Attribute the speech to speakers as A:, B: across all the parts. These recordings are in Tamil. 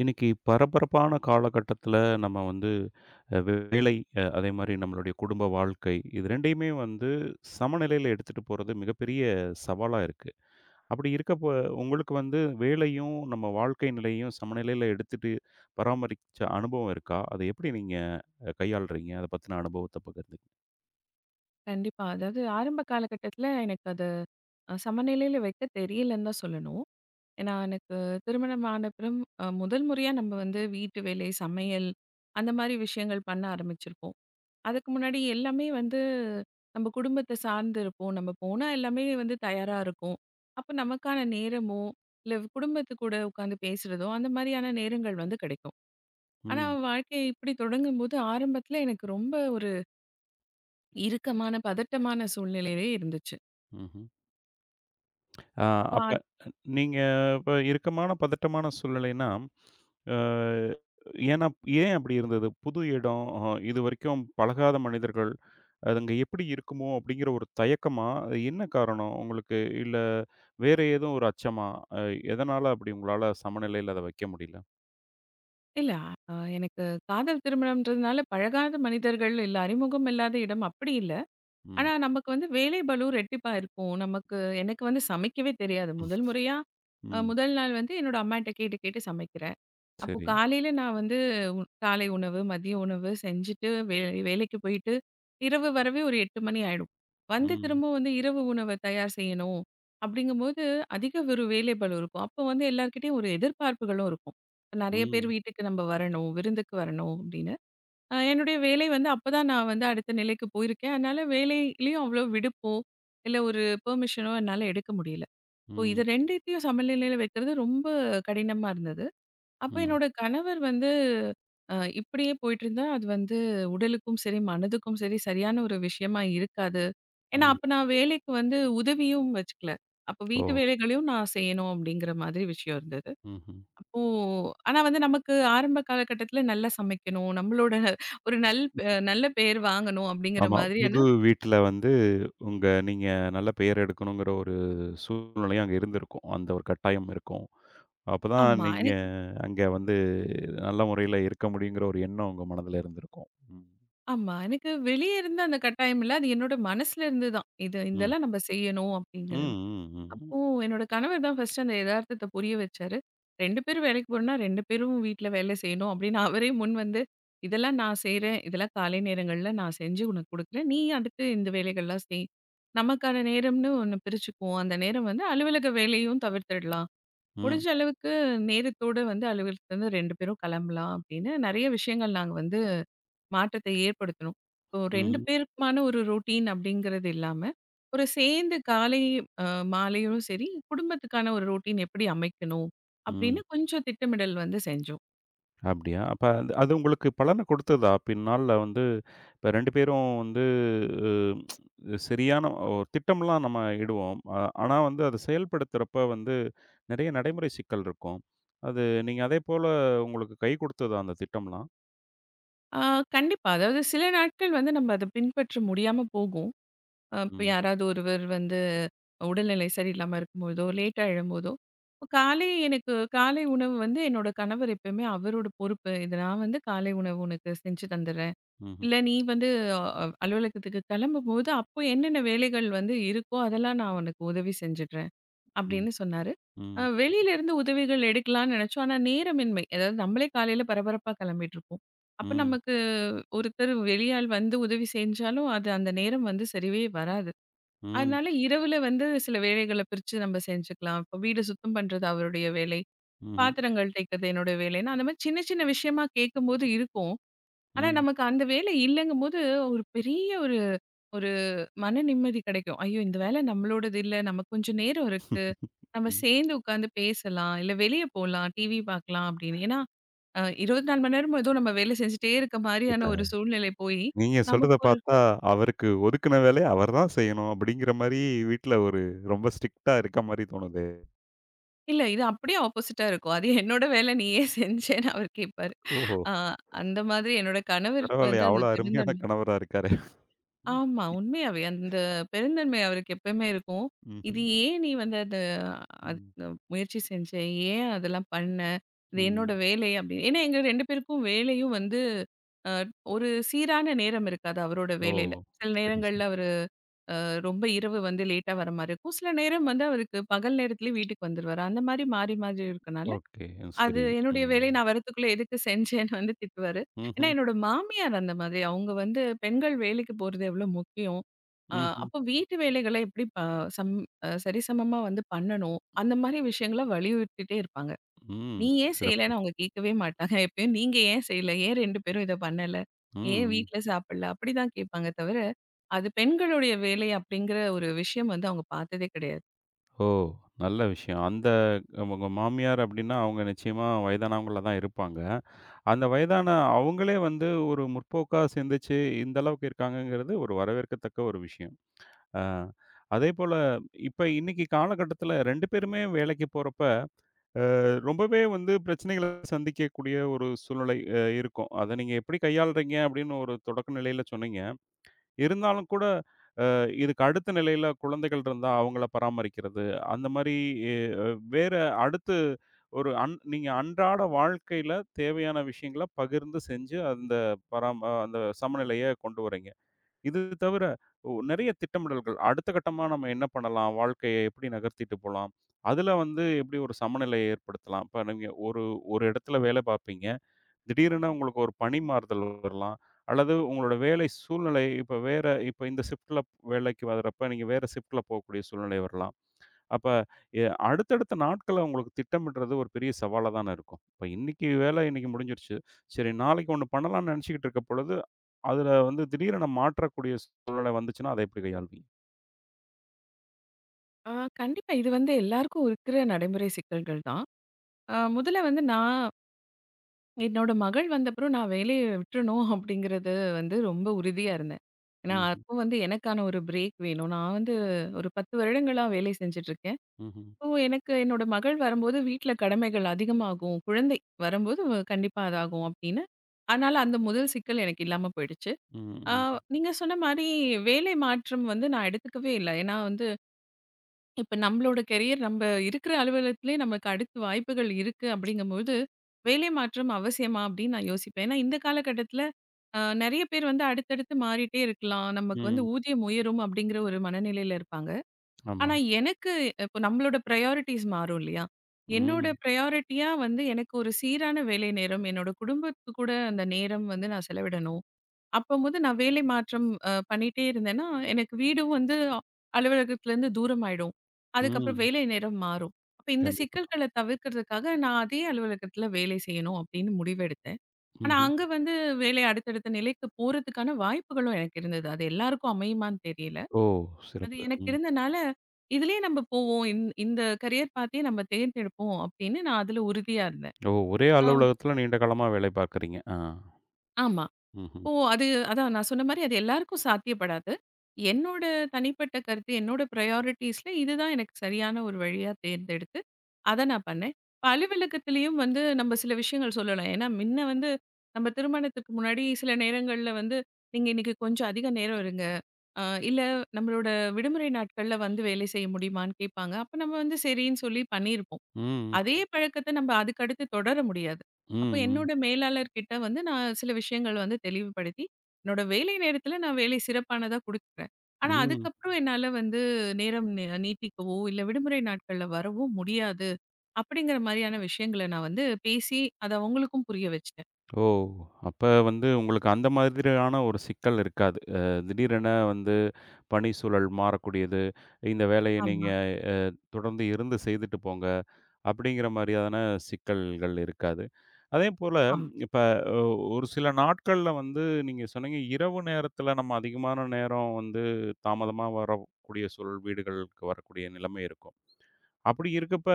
A: இன்னைக்கு பரபரப்பான காலகட்டத்துல நம்ம வந்து வேலை, அதே மாரி நம்மளுடைய குடும்ப வாழ்க்கை, இது 2யுமே வந்து சமநிலையில எடுத்துட்டு போறது மிகப்பெரிய சவாலா இருக்கு. அப்படி இருக்கப்ப உங்களுக்கு வந்து வேலையும், நம்ம வாழ்க்கை நிலையையும் சமநிலையில எடுத்துட்டு பராமரிச்ச அனுபவம் இருக்கா? அதை எப்படி நீங்க கையாளுறீங்க? அத பத்தின அனுபவத்த பகிர்ந்துக்.
B: கண்டிப்பா. அதாவது ஆரம்ப காலகட்டத்தில எனக்கு அது சமநிலையில வைக்க தெரியலன்னு தான் சொல்லணும். ஏன்னா எனக்கு திருமணமான பிறம் முதல் முறையா நம்ம வந்து வீட்டு வேலை, சமையல் அந்த மாரி விஷயங்கள் பண்ண ஆரம்பிச்சிருப்போம். அதுக்கு முன்னாடி எல்லாமே வந்து நம்ம குடும்பத்த சார்ந்து இருப்போம். நம்ம போனா எல்லாமே வந்து தயாரா இருக்கும். அப்ப நமக்கான நேரமோ, இல்ல குடும்பத்து கூட உட்காந்து பேசுறதோ, அந்த மாரியான நேரங்கள் வந்து கிடைக்கும். ஆனா
A: ம்.
B: வாழ்க்கை இப்படி தொடங்கும்போது ஆரம்பத்தில எனக்கு ரொம்ப ஒரு இறுக்கமான, பதட்டமான சூழ்நிலையிலே இருந்துச்சு.
A: ம்ஹ்ம். அ
B: இப்போ
A: அப்ப
B: அது
A: நீங்க இப்ப இறுக்கமான, பதட்டமான சூழ்நிலைன்னா அ ஏன்னா ஏன் அப்படி இருந்தது? புது இடம், இதுவரைக்கும் பழகாத மனிதர்கள், அது அங்க எப்படி இருக்குமோ? அப்படிங்கிற ஒரு தயக்கமா? அது என்ன காரணம் உங்களுக்கு? இல்ல வேற ஏதோ ஒரு அச்சமா? அ எதனால அப்படி உங்களால சமநிலையில அத வைக்க முடியல?
B: இல்ல. எனக்கு காதல் திருமணம்ன்றதுனால பழகாத மனிதர்கள், இல்ல அறிமுகம் இல்லாத இடம் அப்படி இல்ல.
A: ம்.
B: ஆனா நமக்கு வந்து வேலை பளு ரெட்டிப்பா இருக்கும். எனக்கு வந்து சமைக்கவே தெரியாது. முதல் முறையா,
A: ம்.
B: முதல் நாள் வந்து என்னோட அம்மாட்ட கேட்டு கேட்டு சமைக்கிறேன். அப்போ
A: சரி.
B: காலையில நான் வந்து காலை உணவு, மதிய உணவு செஞ்சுட்டு வேலைக்கு போயிட்டு, இரவு வரவே ஒரு 8 மணி ஆயிடும். வந்து
A: ம்.
B: திரும்ப வந்து இரவு உணவ தயார் செய்யணும். அப்படிங்கும்போது அதிக ஒரு வேலைப்பளு இருக்கும். அப்போ வந்து எல்லார்கிட்டயும் ஒரு எதிர்பார்ப்புகளும் இருக்கும். நெறைய பேர்
A: ம்.
B: வீட்டுக்கு நம்ம வரணும், விருந்துக்கு வரணும் அப்படின்னு. என்னுடைய வேலை வந்து அப்பதான் நான் வந்து அடுத்த நிலைக்கு போயிருக்கேன். அதனால வேலையிலயும் அவ்வளோ விடுப்போ, இல்ல ஒரு பெர்மிஷனோ என்னால எடுக்க முடியல. இப்போ இது
A: ம்.
B: 2த்தையும் சமநிலையில வைக்கிறது ரொம்ப கடினமா இருந்தது. அப்ப
A: ம்.
B: என்னோட கணவர் வந்து அ இப்படியே போயிட்டுருந்தா, அது வந்து உடலுக்கும் சரி, மனதுக்கும் சரி, சரியான ஒரு விஷயமா இருக்காது. ஏன்னா,
A: ம்.
B: அப்ப நான் வேலைக்கு வந்து உதவியும் வச்சுக்கல. அப்ப
A: ஓ!
B: வீட்டு வேலைகளையும் நான் செய்யணும் அப்படிங்கிற மாதிரி விஷயம் இருந்தது.
A: ம்ஹ்ம்.
B: அப்போ ஆனா வந்து நமக்கு ஆரம்ப காலகட்டத்தில நல்லா சமைக்கணும், நம்மளோட ஒரு நல்ல பெயர் வாங்கணும் அப்படிங்கிற
A: ஆமா. புது
B: மாதிரியான.
A: வீட்ல வந்து நீங்க நல்ல பெயர் எடுக்கணுங்கிற ஒரு சூழ்நிலையும் அங்க இருந்திருக்கும். அந்த ஒரு கட்டாயம் இருக்கும். அப்பதான்
B: ஆமா.
A: நீங்க
B: எனக்கு.
A: அங்க வந்து நல்ல முறையில இருக்க முடியுங்கிற ஒரு எண்ணம் உங்க மனதுல இருந்திருக்கும். ம்.
B: ஆமா. எனக்கு வெளிய இருந்து அந்த கட்டாயம் இல்ல. அது என்னோட மனசுல இருந்து தான். இது
A: ம்.
B: இதெல்லாம் நம்ம செய்யணும் அப்படிங்கிறது.
A: ம். ம். ம்.
B: அப்போ என்னோட கணவர் தான் ஃபர்ஸ்ட்டு அந்த எதார்த்தத்த புரிய வச்சாரு. 2 பேரும் வேலைக்கு போறோம்னா 2 பேரும் வீட்ல வேலை செய்யணும் அப்படின்னு அவரே முன் வந்து, இதெல்லாம் நான் செய்றேன். இதெல்லாம் காலை நேரங்கள்ல நான் செஞ்சு உனக்கு குடுக்குறேன். நீ அடுத்து இந்த வேலைகள்லாம் செய். நமக்கான நேரம்னு ஒண்ணு பிரிச்சுக்குவோம். அந்த நேரம் வந்து அலுவலக வேலையும் தவிர்த்துடலாம்.
A: ம்.
B: முடிஞ்ச அளவுக்கு நேரத்தோட வந்து அலுவலகத்துலருந்து 2 பேரும் கிளம்பலாம் அப்படின்னு நெறைய விஷயங்கள் நாங்க வந்து மாற்றத்தை ஏற்படுத்தணும். இப்போ 2
A: ம்ஹ்ம்.
B: பேருக்குமான ஒரு ரொட்டீன் அப்படிங்கிறது இல்லாம, ஒரு சேர்ந்து காலை அ மாலையும் சரி, குடும்பத்துக்கான ஒரு ரொட்டீன் எப்படி அமைக்கணும்? அப்படின்னு
A: ம்.
B: கொஞ்சம் திட்டமிடல் வந்து செஞ்சோம்.
A: அப்படியா? அப்ப அது அது உங்களுக்கு பலன கொடுத்ததா? பின்னால வந்து இப்ப 2 பேரும் வந்து சரியான ஒரு திட்டம்லாம் நம்ம இடுவோம். ஆனா வந்து அத செயல்படுத்துறப்ப வந்து நெறைய நடைமுறை சிக்கல் இருக்கும். அது நீங்க அதேபோல உங்களுக்கு கை கொடுத்ததா அந்த திட்டம்லாம்?
B: ஆ கண்டிப்பா. அதாவது சில நாட்கள் வந்து நம்ம அத பின்பற்ற முடியாம போகும். இப்ப
A: ம்.
B: யாராவது ஒருவர் வந்து உடல்நிலை சரியில்லாம இருக்கும்போதோ, லேட்டா எழும்போதோ, இப்போ காலை எனக்கு காலை உணவு வந்து என்னோட கணவர் எப்பயுமே அவரோட பொறுப்பு. இது நான் வந்து காலை உணவு உனக்கு செஞ்சு தந்துடுறேன்.
A: ம்ஹ்ம்.
B: இல்ல நீ வந்து அலுவலகத்துக்கு கிளம்பும்போது, அப்போ என்னென்ன வேலைகள் வந்து இருக்கோ, அதெல்லாம் நான் உனக்கு உதவி செஞ்சுடுறேன்.
A: ம்.
B: அப்படின்னு சொன்னாரு.
A: ம்.
B: வெளியிலருந்து உதவிகள் எடுக்கலான்னு நினைச்சோம். ஆனா நேரமின்மை. அதாவது நம்மளே காலையில பரபரப்பா கிளம்பிட்டுருப்போம். அப்ப
A: ம்.
B: நமக்கு ஒருத்தர் வெளியாள் வந்து உதவி செஞ்சாலும், அது அந்த நேரம் வந்து சரிவே வராது.
A: ம்.
B: அதனால இரவுல வந்து சில வேலைகள பிரிச்சு நம்ம செஞ்சுக்கலாம். இப்போ வீடு சுத்தம் பண்றது அவருடைய வேலை,
A: ம்ஹ்ம்.
B: பாத்திரங்கள் தேய்க்கிறது என்னோட வேலைன்னு, அந்த மாரி சின்ன சின்ன விஷயமா கேட்கும்போது இருக்கும். ஆனா,
A: ம்.
B: நமக்கு அந்த வேலை இல்லங்கும்போது, ஒரு பெரிய ஒரு ஒரு மன நிம்மதி கிடைக்கும். ஐயோ! இந்த வேலை நம்மளோடது இல்ல. நமக்கு கொஞ்சம் நேரம் இருக்கு. நம்ம
A: ம்.
B: சேர்ந்து உட்காந்து பேசலாம். இல்ல வெளிய போலாம். டிவி பார்க்கலாம் அப்படின்னு. ஏன்னா, 24 மணி நேரமும் ஏதோ நம்ம வேலை செஞ்சுட்டே இருக்க
A: இப்ப
B: மாரியான ஒரு சூழ்நிலை போயி,
A: நீங்க சொல்றத
B: நமக்கு ஒரு.
A: பார்த்தா, அவருக்கு ஒதுக்குன வேலைய அவர் தான் செய்யணும் அப்படிங்கிற மாரி வீட்ல ஒரு ரொம்ப ஸ்ட்ரிக்ட்டா இருக்க மாரி தோணுதே.
B: இல்ல இது அப்படியே ஆப்போசிட்டா இருக்கும். அது என்னோட வேலை நீ ஏன் செஞ்சேன்னு அவர் கேட்பாரு.
A: ஓஹோ!
B: அ அந்த மாதிரி என்னோட கணவருக்கு
A: பரவாயில்லையே
B: வந்து அந்த
A: அவ்வளோ அருமையான
B: பெருந்தன்மை.
A: கணவரா இருக்காரே.
B: ஆமா. உண்மையாவே. அந்த பெருந்தன்மை அவருக்கு எப்பயுமே இருக்கும். இது
A: ம்ஹ்ம்.
B: ஏன் நீ வந்து அத அது
A: ம்.
B: முயற்சி செஞ்ச? ஏன் அதெல்லாம் பண்ண? இது
A: ம்.
B: என்னோட வேலை அப்படி. ஏன்னா எங்க 2 பேருக்கும் வேலையும் வந்து அ ஒரு சீரான நேரம் இருக்காது அவரோட
A: ஓ!
B: வேலையில. சில
A: சரி, சரி.
B: நேரங்கள்ல அவரு அ ரொம்ப இரவு வந்து லேட்டா வர மாரி இருக்கும். சில நேரம் வந்து அவருக்கு பகல் நேரத்திலேயே வீட்டுக்கு வந்துருவாரு. அந்த மாரி மாறி மாறி இருக்கனால
A: ஓகே.
B: அது
A: சரி.
B: என்னுடைய
A: ம்.
B: வேலை நான் வரத்துக்குள்ள எதுக்கு செஞ்சேன்னு வந்து திட்டுவாரு. ஏன்னா
A: ம்ஹ்ம்.
B: என்னோட மாமியார் அந்த மாதிரி. அவங்க வந்து பெண்கள் வேலைக்கு போறது எவ்ளோ முக்கியம். அ
A: ம்ஹ்ம்.
B: அப்போ வீட்டு வேலைகள எப்படி ப சம் அ சரிசமமா வந்து பண்ணணும். அந்த மாரி விஷயங்கள வலியுறுத்திட்டே இருப்பாங்க.
A: ம்.
B: "நீ ஏன்
A: சிறப்பு.
B: செய்யலன்னு?" அவங்க கேட்கவே மாட்டாங்க. எப்பயும் "நீங்க ஏன் செய்யல? ஏன் 2 பேரும் இத பண்ணல? ஏன்
A: ம். ம்.
B: வீட்ல சாப்பிடல?" அப்படிதான் கேட்பாங்க தவிர, அது பெண்களுடைய வேலை அப்படிங்கிற ஒரு விஷயம் வந்து அவங்க பார்த்ததே கிடையாது.
A: ஓ! நல்ல விஷயம். அந்த உங்க மாமியார் அப்படின்னா, அவங்க நிச்சயமா வயதானவங்களா தான் இருப்பாங்க. அந்த வயதான அவங்களே வந்து ஒரு முற்போக்கா சிந்திச்சு, இந்த அளவுக்கு இருக்காங்கங்கிறது ஒரு வரவேற்கத்தக்க ஒரு விஷயம். அ அதேபோல இப்ப இன்னைக்கு காலகட்டத்தில 2 பேருமே வேலைக்கு போறப்ப, அ ரொம்பவே வந்து பிரச்சனைகள சந்திக்கக்கூடிய ஒரு சூழ்நிலை இருக்கும். அத நீங்க எப்படி கையாளுறீங்க அப்படின்னு ஒரு தொடக்க நிலையில சொன்னீங்க. இருந்தாலும் கூட இதுக்கு அடுத்த நிலையில குழந்தைகள் இருந்தா அவங்கள பராமரிக்கிறது. அந்த மாரி எ வேற அடுத்து ஒரு நீங்க அன்றாட வாழ்க்கையில தேவையான விஷயங்கள பகிர்ந்து செஞ்சு அந்த பராம அந்த சமநிலைய கொண்டு வரீங்க. இது தவிர நெறைய திட்டமிடல்கள். அடுத்த கட்டமா நம்ம என்ன பண்ணலாம்? வாழ்க்கைய எப்படி நகர்த்திட்டு போலாம்? அதுல வந்து எப்படி ஒரு சமநிலைய ஏற்படுத்தலாம்? இப்ப நீங்க ஒரு ஒரு இடத்துல வேலை பார்ப்பீங்க. திடீரென உங்களுக்கு ஒரு பணி மாறுதல் வரலாம். அல்லது உங்களோட வேலை சூழ்நிலை இப்ப வேற இப்ப இந்த ஷிஃப்ட்ல வேலைக்கு வரப்ப, நீங்க வேற ஷிஃப்ட்ல போகக்கூடிய சூழ்நிலை வரலாம். அப்ப அடுத்தடுத்த நாட்கள உங்களுக்கு திட்டமிடுறது ஒரு பெரிய சவாலா தானே இருக்கும். இப்ப இன்னைக்கு வேலை இன்னைக்கு முடிஞ்சிருச்சு. சரி நாளைக்கு ஒண்ணு பண்ணலாம்னு நெனச்சுக்கிட்டு இருக்க பொழுது, அதுல வந்து திடீரென மாற்றக்கூடிய சூழ்நிலை வந்துச்சுன்னா, அத எப்படி கையாள்வீங்க?
B: ஆ கண்டிப்பா. இது வந்து எல்லாருக்கும் இருக்கிற நடைமுறை சிக்கல்கள் தான். முதல்ல வந்து நான் என்னோட மகள் வந்தப்புறம் நான் வேலைய விட்டுறணும் அப்படிங்கிறது வந்து ரொம்ப உறுதியா இருந்தேன். ஏன்னா,
A: ம்ஹ்ம்.
B: அப்போ வந்து எனக்கான ஒரு பிரேக் வேணும். நான் வந்து ஒரு 10 வருடங்களா வேலை செஞ்சுட்டுருக்கேன்.
A: ம்ஹ்ம்.
B: இப்போ எனக்கு என்னோட மகள் வரும்போது வீட்ல கடமைகள் அதிகமாகும். குழந்தை வரும்போது கண்டிப்பா அதாகும் அப்படின்னு. அதனால அந்த முதல் சிக்கல் எனக்கு இல்லாம போயிடுச்சு.
A: ம்.
B: ஆ
A: ம்.
B: நீங்க சொன்ன மாரி வேலை மாற்றம் வந்து நான் எடுத்துக்கவே இல்ல. ஏன்னா, வந்து இப்ப நம்மளோட கெரியர் நம்ம இருக்கிற அலுவலகத்திலேயே நமக்கு அடுத்து வாய்ப்புகள் இருக்கு அப்படிங்கும்போது, வேலை மாற்றம் அவசியமா அப்படின்னு நான் யோசிப்பேன். ஏன்னா இந்த காலகட்டத்தில நெறைய பேர் வந்து அடுத்தடுத்து மாறிட்டே இருக்கலாம். நமக்கு வந்து
A: ம்.
B: ஊதியம் உயரும் அப்படிங்கிற ஒரு மனநிலையில இருப்பாங்க.
A: ஆமா.
B: ஆனா எனக்கு இப்ப நம்மளோட பிரையாரிட்டீஸ் மாறும் இல்லையா? என்னோட
A: ம்.
B: பிரையாரிட்டியா வந்து எனக்கு ஒரு சீரான வேலை நேரம், என்னோட குடும்பத்துக்கு கூட அந்த நேரம் வந்து நான் செலவிடணும். அப்பம்போது நான் வேலை மாற்றம் பண்ணிட்டே இருந்தேன்னா, எனக்கு வீடும் வந்து அலுவலகத்துலேருந்து தூரம் ஆயிடும். அதுக்கப்புறம்
A: ம்.
B: வேலை நேரம் மாறும். அப்ப இந்த
A: கண்டிப்பா.
B: சிக்கல்கள தவிர்க்கிறதுக்காக நான் அதே அலுவலகத்துல வேலை செய்யணும் அப்படின்னு முடிவெடுத்தேன். ஆனா
A: ம்ஹ்ம்.
B: அங்க வந்து வேலை அடுத்தடுத்த நிலைக்கு போறதுக்கான வாய்ப்புகளும் எனக்கு இருந்தது. அது எல்லாருக்கும் அமையுமான்னு தெரியல.
A: ஓ!
B: அது
A: சிறப்பு.
B: எனக்கு
A: ம்.
B: இருந்தனால, "இதுலயே நம்ம போவோம். இந்த கரியர் பாத்தயே நம்ம தேர்ந்தெடுப்போம்" அப்படின்னு நான் அதுல உறுதியா இருந்தேன்.
A: ஓ! ஒரே
B: ஆம்.
A: அலுவலகத்துல நீண்ட காலமா வேலை பார்க்குறீங்க. ஆ.
B: ஆமா.
A: ம்ஹ்ம்.
B: ஓ! அது அதான் நான் சொன்ன மாரி அது எல்லாருக்கும் சாத்தியப்படாது. என்னோட தனிப்பட்ட கருத்து, என்னோட ப்ரையாரிட்டீஸ்ல இதுதான் எனக்கு சரியான ஒரு வழியா தேர்ந்தெடுத்து, அத நான் பண்ணேன். இப்ப அலுவலகத்திலயும் வந்து நம்ம சில விஷயங்கள் சொல்லலாம். ஏன்னா, முன்ன வந்து நம்ம திருமணத்துக்கு முன்னாடி சில நேரங்கள்ல வந்து, "நீங்க இன்னைக்கு கொஞ்சம் அதிக நேரம் இருங்க. அ இல்ல நம்மளோட விடுமுறை நாட்கள்ல வந்து வேலை செய்ய முடியுமான்னு?" கேட்பாங்க. அப்ப நம்ம வந்து சரின்னு சொல்லி பண்ணியிருப்போம்.
A: ம்.
B: அதே பழக்கத்த நம்ம அதுக்கு அடுத்து தொடர முடியாது.
A: ம்.
B: அப்போ
A: ம்.
B: என்னோட மேலாளர் கிட்ட வந்து நான் சில விஷயங்கள் வந்து தெளிவுபடுத்தி, என்னோட வேலை நேரத்தில நான் வேலை சிறப்பானதா குடுக்குறேன். ஆனா
A: ம்.
B: அதுக்கப்புறம் என்னால வந்து நேரம் நீட்டிக்கவோ, இல்ல விடுமுறை நாட்கள்ல வரவோ முடியாது. அப்படிங்கிற மாரியான விஷயங்கள நான் வந்து பேசி, அத அவங்களுக்கும் புரிய வச்சுட்டேன்.
A: ஓ! அப்ப வந்து உங்களுக்கு அந்த மாதிரியான ஒரு சிக்கல் இருக்காது. திடீரென வந்து பணி சூழல் மாறக்கூடியது. இந்த வேலைய நீங்க
B: ஆமா,
A: அ தொடர்ந்து இருந்து செய்துட்டு போங்க. அப்படிங்கிற மாரியான சிக்கல்கள் இருக்காது. அதேபோல
B: ஆமா.
A: இப்ப ஒ ஒரு சில நாட்கள்ல வந்து நீங்க சொன்னீங்க, இரவு நேரத்துல நம்ம அதிகமான நேரம் வந்து தாமதமா வரக்கூடிய சூழல் வீடுகளுக்கு வரக்கூடிய நிலைமை இருக்கும். அப்படி இருக்கப்ப,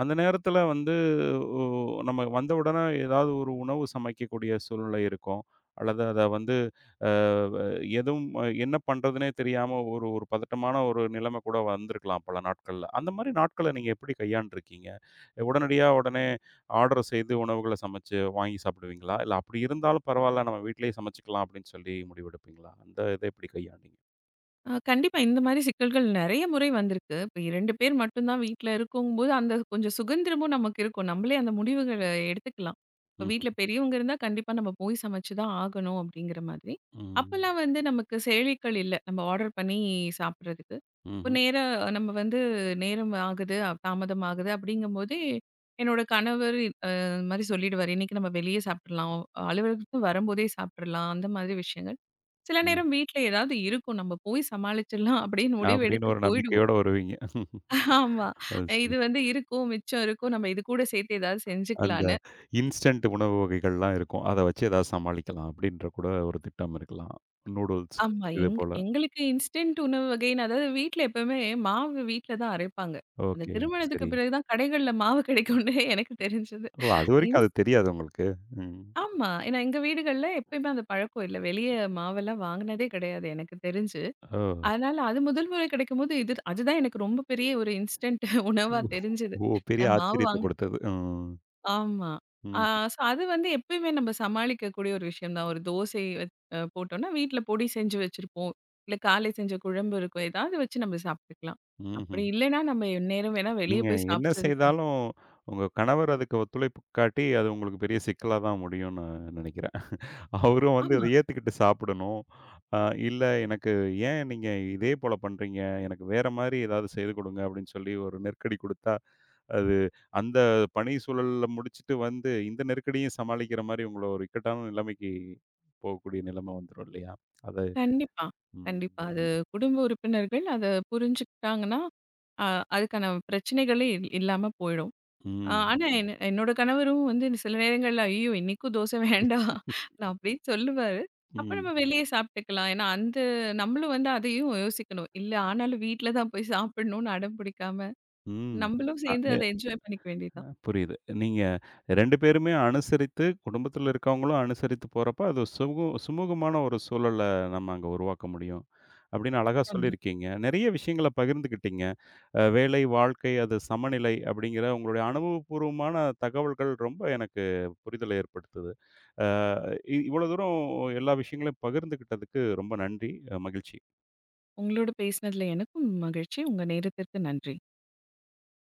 A: அந்த நேரத்தில வந்து ஒ நம்ம வந்த உடனே ஏதாவது ஒரு உணவு சமைக்கக்கூடிய சூழ்நிலை இருக்கும். அல்லது அத வந்து அ வ எதுவும் என்ன பண்றதுன்னே தெரியாம ஒரு ஒரு பதட்டமான ஒரு நிலைமை கூட வந்திருக்கலாம் பல நாட்கள்ல. அந்த மாரி நாட்கள நீங்க எப்படி கையாண்டுருக்கீங்க? உடனே ஆர்டர் செய்து உணவுகள சமைச்சு வாங்கி சாப்பிடுவீங்களா? இல்ல அப்படி இருந்தாலும் பரவால்ல நம்ம வீட்லயே சமைச்சுக்கலாம் அப்படின்னு சொல்லி முடிவெடுப்பீங்களா? அந்த இத எப்படி கையாண்டீங்க?
B: கண்டிப்பா. இந்த மாரி சிக்கல்கள் நெறைய முறை வந்திருக்கு. இப்ப 2 பேர் மட்டும் தான் வீட்ல இருக்குங்கும்போது, அந்த கொஞ்சம் சுதந்திரமும் நமக்கு இருக்கும். நம்மளே அந்த முடிவுகள எடுத்துக்கலாம். இப்ப
A: ம்ஹ்ம்.
B: வீட்ல பெரியவங்க இருந்தா கண்டிப்பா நம்ம போய் சமைச்சு தான் ஆகணும் அப்படிங்கிற மாதிரி.
A: ம்.
B: அப்பல்லாம் வந்து நமக்கு செயலிகள் இல்ல. நம்ம ஆர்டர் பண்ணி சாப்பிடுறதுக்கு. இப்ப
A: ம்ஹ்ம்.
B: நேரா நம்ம வந்து நேரம் ஆகுது, தாமதம் ஆகுது அப்படிங்கும்போதே, என்னோட கணவர் இந்த மாரி சொல்லிடுவாரு. "இன்னைக்கு நம்ம வெளிய சாப்பிடலாம். அலுவலகத்துக்கு வரும்போதே சாப்பிடலாம்." அந்த மாதிரி விஷயங்கள். சில
A: ம்.
B: நேரம் வீட்ல ஏதாவது இருக்கும். நம்ம போய் சமாளிச்சிடலாம் அப்படின்னு முடிவு
A: அப்படின்னு
B: எடுத்து
A: ஒரு
B: போயிடுவோம்.
A: நம்பிக்கையோட வருவீங்க.
B: ஆமா.
A: அது சரி.
B: இது வந்து இருக்கும், மிச்சம் இருக்கும். நம்ம இது கூட சேர்த்து ஏதாவது
A: அந்த
B: செஞ்சுக்கலான்னு.
A: இன்ஸ்டன்ட் உணவு வகைகள்லாம் இருக்கும். அத வச்சு ஏதாவது சமாளிக்கலாம் அப்படின்ற கூட ஒரு திட்டம் இருக்கலாம். நூடுல்ஸ்
B: ஆமா.
A: இது
B: எங்
A: போல.
B: எங்களுக்கு இன்ஸ்டன்ட் உணவு வகைன்னு அதாவது வீட்ல எப்பவுமே மாவு வீட்ல தான் அரைப்பாங்க. அந்த
A: ஓகே.
B: திருமணத்துக்கு
A: சரி.
B: பிறகு தான் கடைகள்ல மாவு கிடைக்கும்னு எனக்கு தெரிஞ்சது.
A: ஓ! அதுவரைக்கும் அது
B: இன்ஸ்
A: தெரியாது உங்களுக்கு? ம்.
B: ஆமா. ஏன்னா எங்க வீடுகள்ல எப்பயுமே அந்த பழக்கம் இல்ல. வெளிய மாவெல்லாம் வாங்குனதே கிடையாது எனக்கு தெரிஞ்சு.
A: ஓ!
B: அதனால அது முதல் முறை கிடைக்கும்போது இது அதுதான் எனக்கு ரொம்ப பெரிய ஒரு இன்ஸ்டன்ட் உணவா தெரிஞ்சது.
A: ஓ! பெரிய
B: ஏன்னா மாவு
A: ஆச்சரியத்த
B: வாங்க.
A: கொடுத்தது. ம்.
B: ஆமா. ஆ
A: ம்.
B: சோ அது வந்து எப்பயுமே நம்ம சமாளிக்கக்கூடிய ஒரு விஷயம் தான். ஒரு தோசை வச் அ போட்டோம்னா, வீட்ல பொடி செஞ்சு வச்சிருப்போம். இல்ல காலை செஞ்ச குழம்பு இருக்கும். ஏதாவது வச்சு நம்ம சாப்பிட்டுக்கலாம்.
A: ம்ஹ்ம்.
B: அப்படி இல்லைன்னா, நம்ம எந்நேரம் வேணா வெளிய
A: நீங்க
B: போய்
A: என்ன
B: சாப்பிடுறதுக்கு.
A: செய்தாலும், உங்க கணவர் அதுக்கு ஒத்துழைப்பு காட்டி, அது உங்களுக்கு பெரிய சிக்கலா தான் முடியும்னு நினைக்கிறேன். அவரும் வந்து அத
B: ஆமா.
A: ஏத்துக்கிட்டு சாப்பிடணும். அ இல்ல எனக்கு "ஏன் நீங்க இதே போல பண்றீங்க? எனக்கு வேற மாரி ஏதாவது செய்து கொடுங்க." அப்படின்னு சொல்லி ஒரு நெருக்கடி குடுத்தா, அது அந்த பணி சூழல்ல முடிச்சுட்டு வந்து, இந்த நெருக்கடியும் சமாளிக்கிற மாரி உங்கள ஒரு இக்கட்டான நிலைமைக்கு போகக்கூடிய நிலைமை வந்துரும் இல்லையா? அது
B: கண்டிப்பா,
A: ம்.
B: கண்டிப்பா. அது குடும்ப உறுப்பினர்கள் அத புரிஞ்சுக்கிட்டாங்கன்னா, அ அதுக்கான பிரச்சனைகளே இல்லாம போயிடும்.
A: ம்.
B: ஆனா என்ன என்னோட கணவரும் வந்து சில நேரங்கள்ல, "ஐயோ! இன்னைக்கும் தோசை வேண்டாம்" நான் அப்படின்னு சொல்லுவாரு. அப்ப
A: ம்.
B: நம்ம வெளியே சாப்பிட்டுக்கலாம். ஏன்னா அந்த நம்மளும் வந்து அதையும் யோசிக்கணும். இல்ல ஆனாலும் வீட்ல தான் போய் சாப்பிடணும்னு அடம் பிடிக்காம,
A: ம்.
B: நம்மளும்
A: அ
B: சேர்ந்து அதை என்ஜாய் பண்ணிக்க வேண்டியது
A: அ
B: தான்.
A: புரியுது. நீங்க 2 பேருமே அனுசரித்து, குடும்பத்தில இருக்கவங்களும் அனுசரித்து போறப்ப, அது சுமூகமான ஒரு சூழல நம்ம அங்க உருவாக்க முடியும். அப்படின்னு அழகா
B: கண்டிப்பா.
A: சொல்லியிருக்கீங்க. நெறைய விஷயங்கள பகிர்ந்துக்கிட்டீங்க. வேலை, வாழ்க்கை, அது சமநிலை அப்படிங்கிற உங்களுடைய அனுபவபூர்வமான தகவல்கள் ரொம்ப எனக்கு புரிதல ஏற்படுத்துது. அ இவ்வளோ தூரம் எல்லா விஷயங்களையும் பகிர்ந்துக்கிட்டதுக்கு ரொம்ப நன்றி. மகிழ்ச்சி.
B: உங்களோட பேசினதுல எனக்கும் மகிழ்ச்சி. உங்க நேரத்திற்கு நன்றி.